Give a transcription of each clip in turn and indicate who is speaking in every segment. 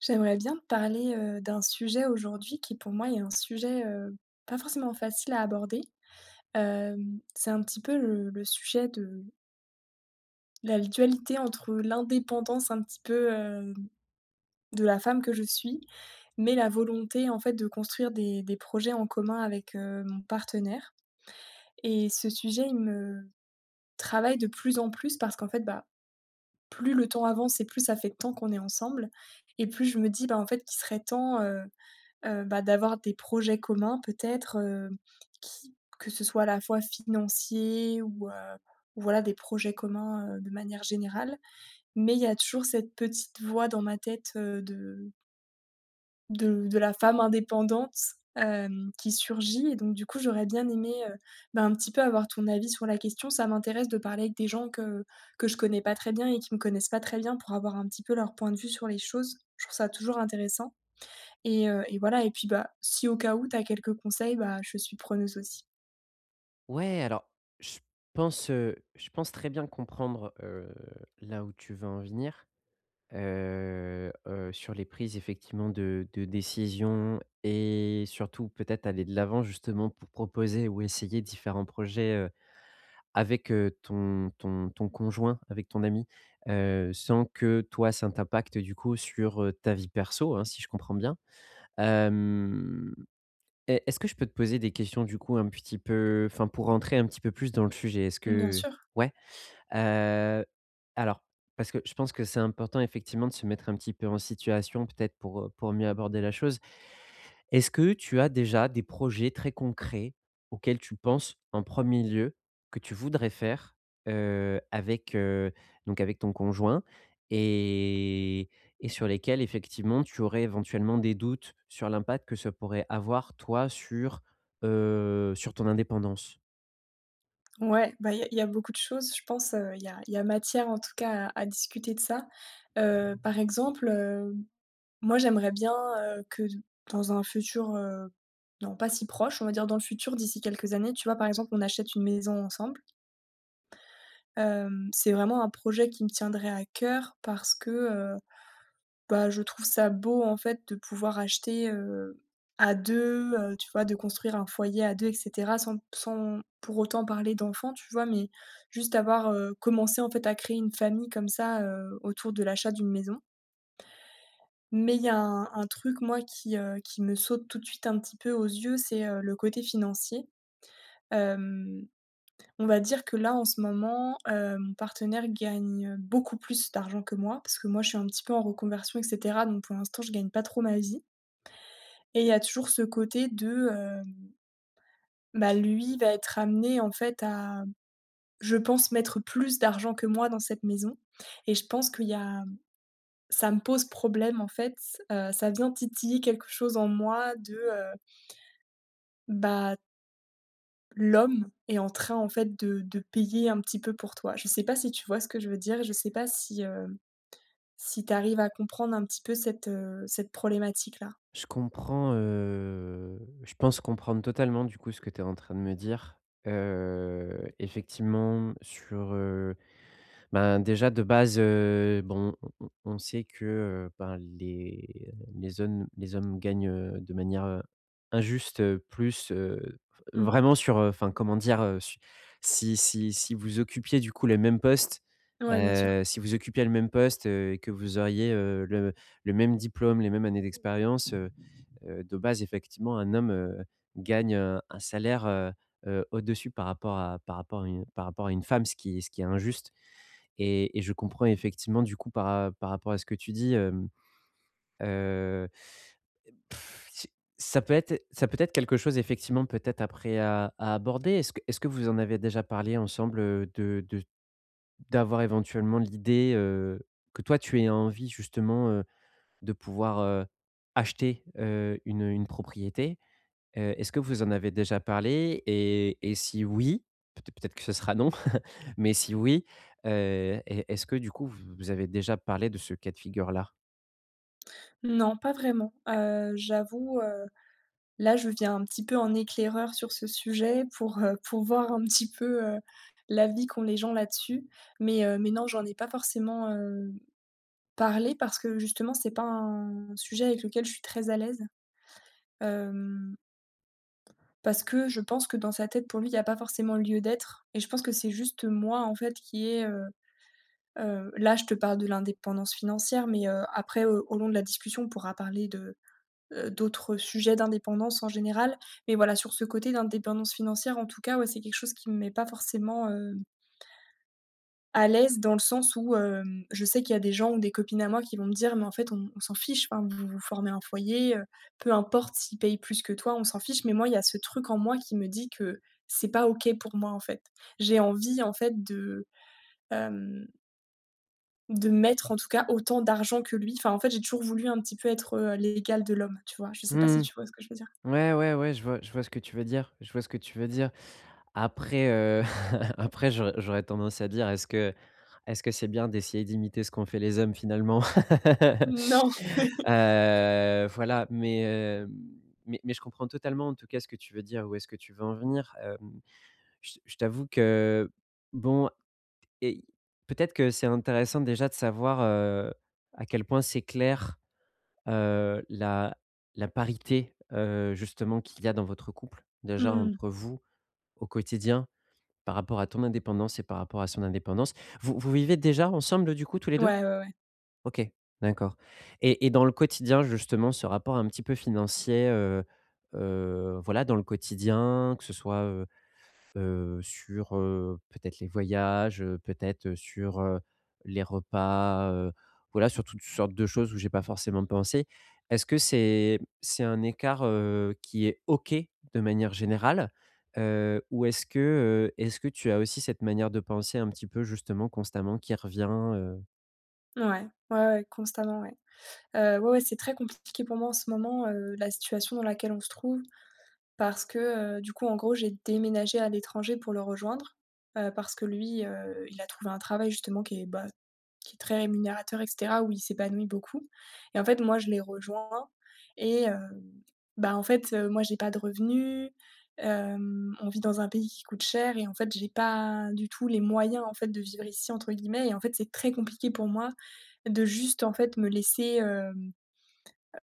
Speaker 1: J'aimerais bien te parler, d'un sujet aujourd'hui qui pour moi est un sujet, pas forcément facile à aborder. C'est un petit peu le sujet de la dualité entre l'indépendance un petit peu, de la femme que je suis, mais la volonté en fait de construire des projets en commun avec, mon partenaire et ce sujet il me travaille de plus en plus parce qu'en fait, bah, plus le temps avance et plus ça fait de temps qu'on est ensemble et plus je me dis, bah, en fait qu'il serait temps, bah, d'avoir des projets communs peut-être, qui que ce soit à la fois financier ou voilà des projets communs, de manière générale. Mais il y a toujours cette petite voix dans ma tête, de de la femme indépendante, qui surgit et donc du coup, j'aurais bien aimé, bah, un petit peu avoir ton avis sur la question. Ça m'intéresse de parler avec des gens que je connais pas très bien et qui me connaissent pas très bien pour avoir un petit peu leur point de vue sur les choses. Je trouve ça toujours intéressant. Et voilà et puis, bah, si au cas où tu as quelques conseils, bah, je suis preneuse aussi.
Speaker 2: Ouais, alors je je pense très bien comprendre, là où tu veux en venir, sur les prises effectivement de décisions et surtout peut-être aller de l'avant justement pour proposer ou essayer différents projets, avec, ton conjoint, avec ton ami, sans que toi ça t'impacte du coup sur, ta vie perso, hein, si je comprends bien? Hem Et est-ce que je peux te poser des questions du coup un petit peu enfin pour rentrer un petit peu plus dans le sujet? Est-ce
Speaker 1: Mmh, bien
Speaker 2: que
Speaker 1: sûr.
Speaker 2: ouais? Heu, alors parce que je pense que c'est important effectivement de se mettre un petit peu en situation peut-être pour mieux aborder la chose. Est-ce que tu as déjà des projets très concrets auxquels tu penses en premier lieu, que tu voudrais faire, avec, donc avec ton conjoint et sur lesquels effectivement tu aurais éventuellement des doutes sur l'impact que ça pourrait avoir toi sur, sur ton indépendance?
Speaker 1: Ouais, bah, il y a beaucoup de choses, je pense, il y a matière en tout cas à discuter de ça. Par exemple, moi, j'aimerais bien, que dans un futur, non pas si proche, on va dire dans le futur, d'ici quelques années, tu vois? Par exemple, on achète une maison ensemble. C'est vraiment un projet qui me tiendrait à cœur parce que, bah, je trouve ça beau, en fait, de pouvoir acheter, à 2, tu vois? De construire un foyer à 2, et cetera sans pour autant parler d'enfants, tu vois? Mais juste avoir, commencé, en fait, à créer une famille comme ça, autour de l'achat d'une maison. Mais il y a un truc, moi, qui me saute tout de suite un petit peu aux yeux, c'est, le côté financier. Hem, on va dire que là, en ce moment, mon partenaire gagne beaucoup plus d'argent que moi, parce que moi, je suis un petit peu en reconversion et cetera, donc pour l'instant, je gagne pas trop ma vie et il y a toujours ce côté de, bah, lui va être amené, en fait, à, je pense, mettre plus d'argent que moi dans cette maison et je pense qu'il y a ça me pose problème, en fait, ça vient titiller quelque chose en moi de, bah, l'homme est en train, en fait, de payer un petit peu pour toi. Je sais pas si tu vois ce que je veux dire? Je sais pas si, si tu arrives à comprendre un petit peu cette, cette problématique-là?
Speaker 2: Je comprends, je pense comprendre totalement du coup ce que tu es en train de me dire, effectivement sur, Ben, déjà de base, bon, on sait que, ben, les hommes gagnent, de manière, injuste, plus,
Speaker 1: Mmh.
Speaker 2: vraiment sur, enfin comment dire, su si vous occupiez du coup les mêmes postes,
Speaker 1: Ouais, bien sûr.
Speaker 2: si vous occupiez le même poste, et que vous auriez, le même diplôme, les mêmes années d'expérience, de base effectivement un homme, gagne, un salaire, au-dessus par rapport à une par rapport à une femme, ce qui est injuste. Et je comprends effectivement du coup par rapport à ce que tu dis, heu, c'est ça peut être quelque chose effectivement peut-être après à aborder. Est-ce que vous en avez déjà parlé ensemble, de d'avoir éventuellement l'idée, que toi tu aies envie justement, de pouvoir, acheter, une propriété? Est-ce que vous en avez déjà parlé et si oui, peut-être que ce sera non, mais si oui, heu, est-ce que du coup vous avez déjà parlé de ce cas de figure-là?
Speaker 1: Non, pas vraiment. J'avoue, là, je viens un petit peu en éclaireur sur ce sujet pour voir un petit peu, l'avis qu'ont les gens là-dessus. Mais non, j'en ai pas forcément, parler parce que justement, c'est pas un sujet avec lequel je suis très à l'aise, hem, parce que je pense que dans sa tête, pour lui, il y a pas forcément lieu d'être et je pense que c'est juste moi, en fait, qui est, là, je te parle de l'indépendance financière, mais après, au long de la discussion, on pourra parler de, d'autres sujets d'indépendance en général. Mais voilà, sur ce côté d'indépendance financière, en tout cas, ouais, c'est quelque chose qui me met pas forcément, à l'aise dans le sens où, je sais qu'il y a des gens ou des copines à moi qui vont me dire: «Mais en fait, on s'en fiche, enfin, vous vous formez un foyer, peu importe s'ils payent plus que toi, on s'en fiche». Mais moi, il y a ce truc en moi qui me dit que c'est pas OK pour moi, en fait. J'ai envie, en fait, de, hem, de mettre, en tout cas, autant d'argent que lui. Enfin, en fait, j'ai toujours voulu un petit peu être, l'égal de l'homme, tu vois? Je sais pas si
Speaker 2: Mmh.
Speaker 1: tu vois ce que je veux dire?
Speaker 2: Ouais, je vois ce que tu veux dire, je vois ce que tu veux dire. Après, après j'aurais tendance à dire: «Est-ce que c'est bien d'essayer d'imiter ce qu'ont fait les hommes finalement?»
Speaker 1: Non.
Speaker 2: Voilà, mais, mais je comprends totalement en tout cas ce que tu veux dire, où est-ce que tu veux en venir. Hem Je t'avoue que, bon, et peut-être que c'est intéressant déjà de savoir, à quel point c'est clair, la parité, justement qu'il y a dans votre couple, déjà
Speaker 1: Mmh.
Speaker 2: entre vous au quotidien, par rapport à ton indépendance et par rapport à son indépendance. Vous vivez déjà ensemble, du coup, tous les
Speaker 1: Ouais,
Speaker 2: deux.
Speaker 1: ouais, ouais.
Speaker 2: OK, d'accord. Et dans le quotidien, justement, ce rapport un petit peu financier, voilà, dans le quotidien, que ce soit, sur, peut-être les voyages, sur, les repas, voilà, sur toutes sortes de choses où j'ai pas forcément pensé. Est-ce que c'est un écart, qui est OK de manière générale? Ou est-ce que tu as aussi cette manière de penser un petit peu justement constamment qui revient,
Speaker 1: Ouais, ouais, ouais, constamment, ouais. Ouais, ouais, c'est très compliqué pour moi en ce moment, la situation dans laquelle on se trouve parce que, du coup, en gros, j'ai déménagé à l'étranger pour le rejoindre, parce que lui, il a trouvé un travail justement qui est, bah, qui est très rémunérateur et cetera, où il s'épanouit beaucoup et en fait, moi, je l'ai rejoint et bah, en fait, moi, j'ai pas de revenus, on vit dans un pays qui coûte cher et en fait, j'ai pas du tout «les moyens» en fait de «vivre ici» entre guillemets et en fait, c'est très compliqué pour moi de juste, en fait, me laisser, hem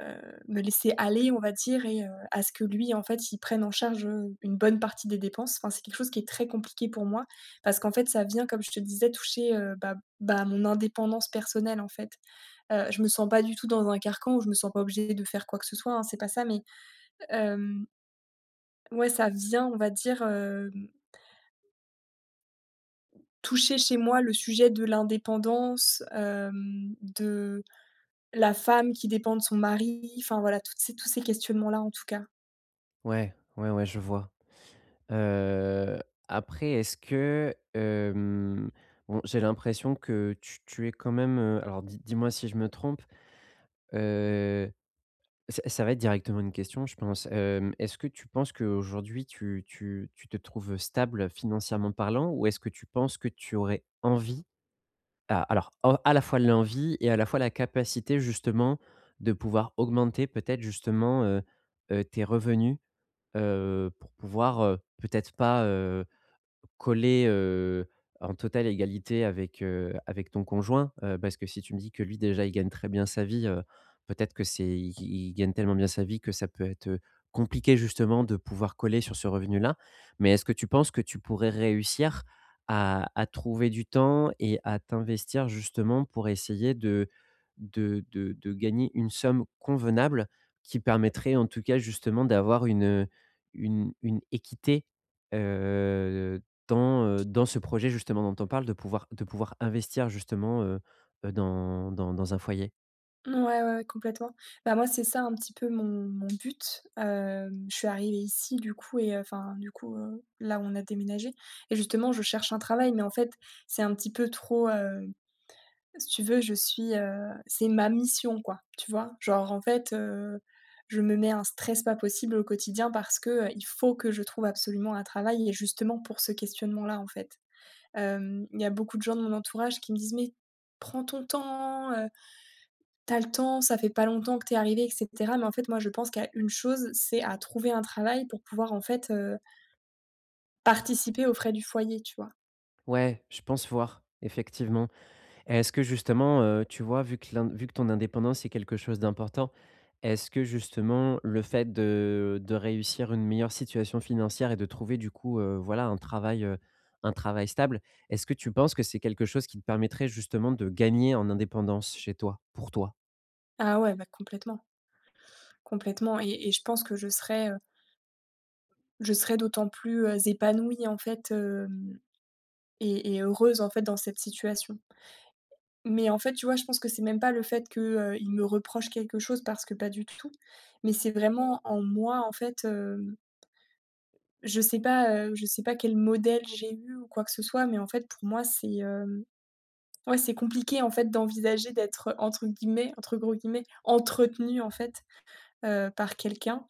Speaker 1: me laisser aller, on va dire et à ce que lui, en fait, il prenne en charge, une bonne partie des dépenses. Enfin, c'est quelque chose qui est très compliqué pour moi parce qu'en fait, ça vient, comme je te disais, toucher, bah, mon indépendance personnelle, en fait. Je me sens pas du tout dans un carcan où je me sens pas obligée de faire quoi que ce soit, hein, c'est pas ça, mais hem, ouais, ça vient, on va dire, toucher chez moi le sujet de l'indépendance, de la femme qui dépend de son mari, enfin voilà, toutes ces tous ces questionnements-là, en tout cas.
Speaker 2: Ouais, ouais, je vois. Heu, Après est-ce que, bon, j'ai l'impression que tu es quand même, alors dis-moi si je me trompe. Heu, Ça va être directement une question, je pense. Est-ce que tu penses qu'aujourd'hui tu te trouves stable financièrement parlant? Ou est-ce que tu penses que tu aurais envie, a alors en à la fois l'envie et à la fois la capacité justement de pouvoir augmenter peut-être justement, tes revenus, pour pouvoir, peut-être pas, coller, en totale égalité avec, avec ton conjoint, parce que si tu me dis que lui déjà il gagne très bien sa vie, peut-être que c'est il gagne tellement bien sa vie que ça peut être, compliqué justement de pouvoir coller sur ce revenu-là. Mais est-ce que tu penses que tu pourrais réussir à trouver du temps et à t'investir justement pour essayer de gagner une somme convenable qui permettrait en tout cas justement d'avoir une équité, heu, dans, dans ce projet justement dont on parle, de pouvoir investir justement, dans dans un foyer.
Speaker 1: Ouais, ouais, ouais, complètement. Bah, moi, c'est ça un petit peu mon but. Je suis arrivée ici du coup et enfin, du coup, là où on a déménagé et justement, je cherche un travail mais en fait, c'est un petit peu trop, si tu veux, je suis, c'est ma mission quoi, tu vois? Genre en fait, je me mets un stress pas possible au quotidien parce que, il faut que je trouve absolument un travail et justement pour ce questionnement-là, en fait. Il y a beaucoup de gens de mon entourage qui me disent: «Mais prends ton temps, tu le temps, ça fait pas longtemps que t'es es arrivée» et cetera. Mais en fait, moi, je pense qu'il y a une chose, c'est à trouver un travail pour pouvoir en fait, participer aux frais du foyer, tu vois?
Speaker 2: Ouais, je pense voir, effectivement. Et est-ce que justement, tu vois, vu que ton indépendance est quelque chose d'important, est-ce que justement le fait de réussir une meilleure situation financière et de trouver du coup, voilà un travail stable, est-ce que tu penses que c'est quelque chose qui te permettrait justement de gagner en indépendance chez toi, pour toi?
Speaker 1: Ah ouais, bah complètement, complètement et je pense que je serais, je serais d'autant plus, épanouie en fait, hem et heureuse en fait dans cette situation. Mais en fait, tu vois, je pense que c'est même pas le fait que, il me reproche quelque chose parce que pas du tout, mais c'est vraiment en moi en fait, je sais pas quel modèle j'ai eu ou quoi que ce soit, mais en fait pour moi c'est, ouais, c'est compliqué en fait d'envisager d'être, entre guillemets entre gros guillemets «entretenue» en fait. Par quelqu'un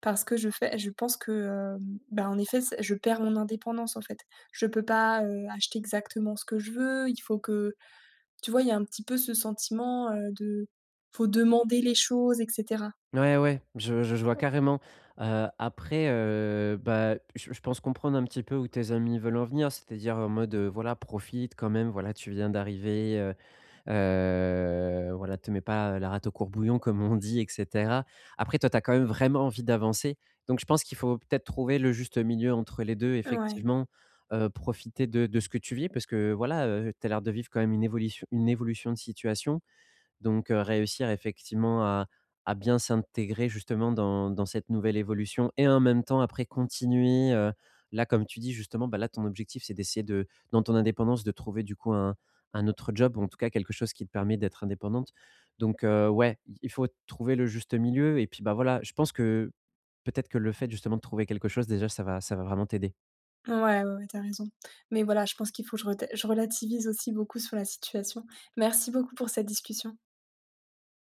Speaker 1: parce que je pense que, bah, en effet, c'est je perds mon indépendance, en fait. Je peux pas, acheter exactement ce que je veux, il faut que tu vois, il y a un petit peu ce sentiment, de faut demander les choses et cetera.
Speaker 2: Ouais, ouais, je vois carrément. Après, bah, je pense comprendre un petit peu où tes amis veulent en venir. C'est-à-dire en mode, voilà, profite quand même, voilà, tu viens d'arriver, voilà, te mets pas la rate au courbouillon comme on dit, et cetera. Après toi, tu as quand même vraiment envie d'avancer. Donc je pense qu'il faut peut-être trouver le juste milieu entre les deux,
Speaker 1: Ouais.
Speaker 2: effectivement, profiter de ce que tu vis parce que voilà, tu as l'air de vivre quand même une évolution de situation. Donc réussir effectivement à bien s'intégrer justement dans cette nouvelle évolution et en même temps après continuer, là comme tu dis justement, bah, là ton objectif c'est d'essayer de dans ton indépendance de trouver du coup un autre job ou en tout cas quelque chose qui te permet d'être indépendante. Donc ouais, il faut trouver le juste milieu et puis, bah, voilà, je pense que peut-être que le fait justement de trouver quelque chose déjà ça va vraiment t'aider.
Speaker 1: Ouais, ouais, ouais, tu raison. Mais voilà, je pense qu'il faut que je reda je relativise aussi beaucoup sur la situation. Merci beaucoup pour cette discussion.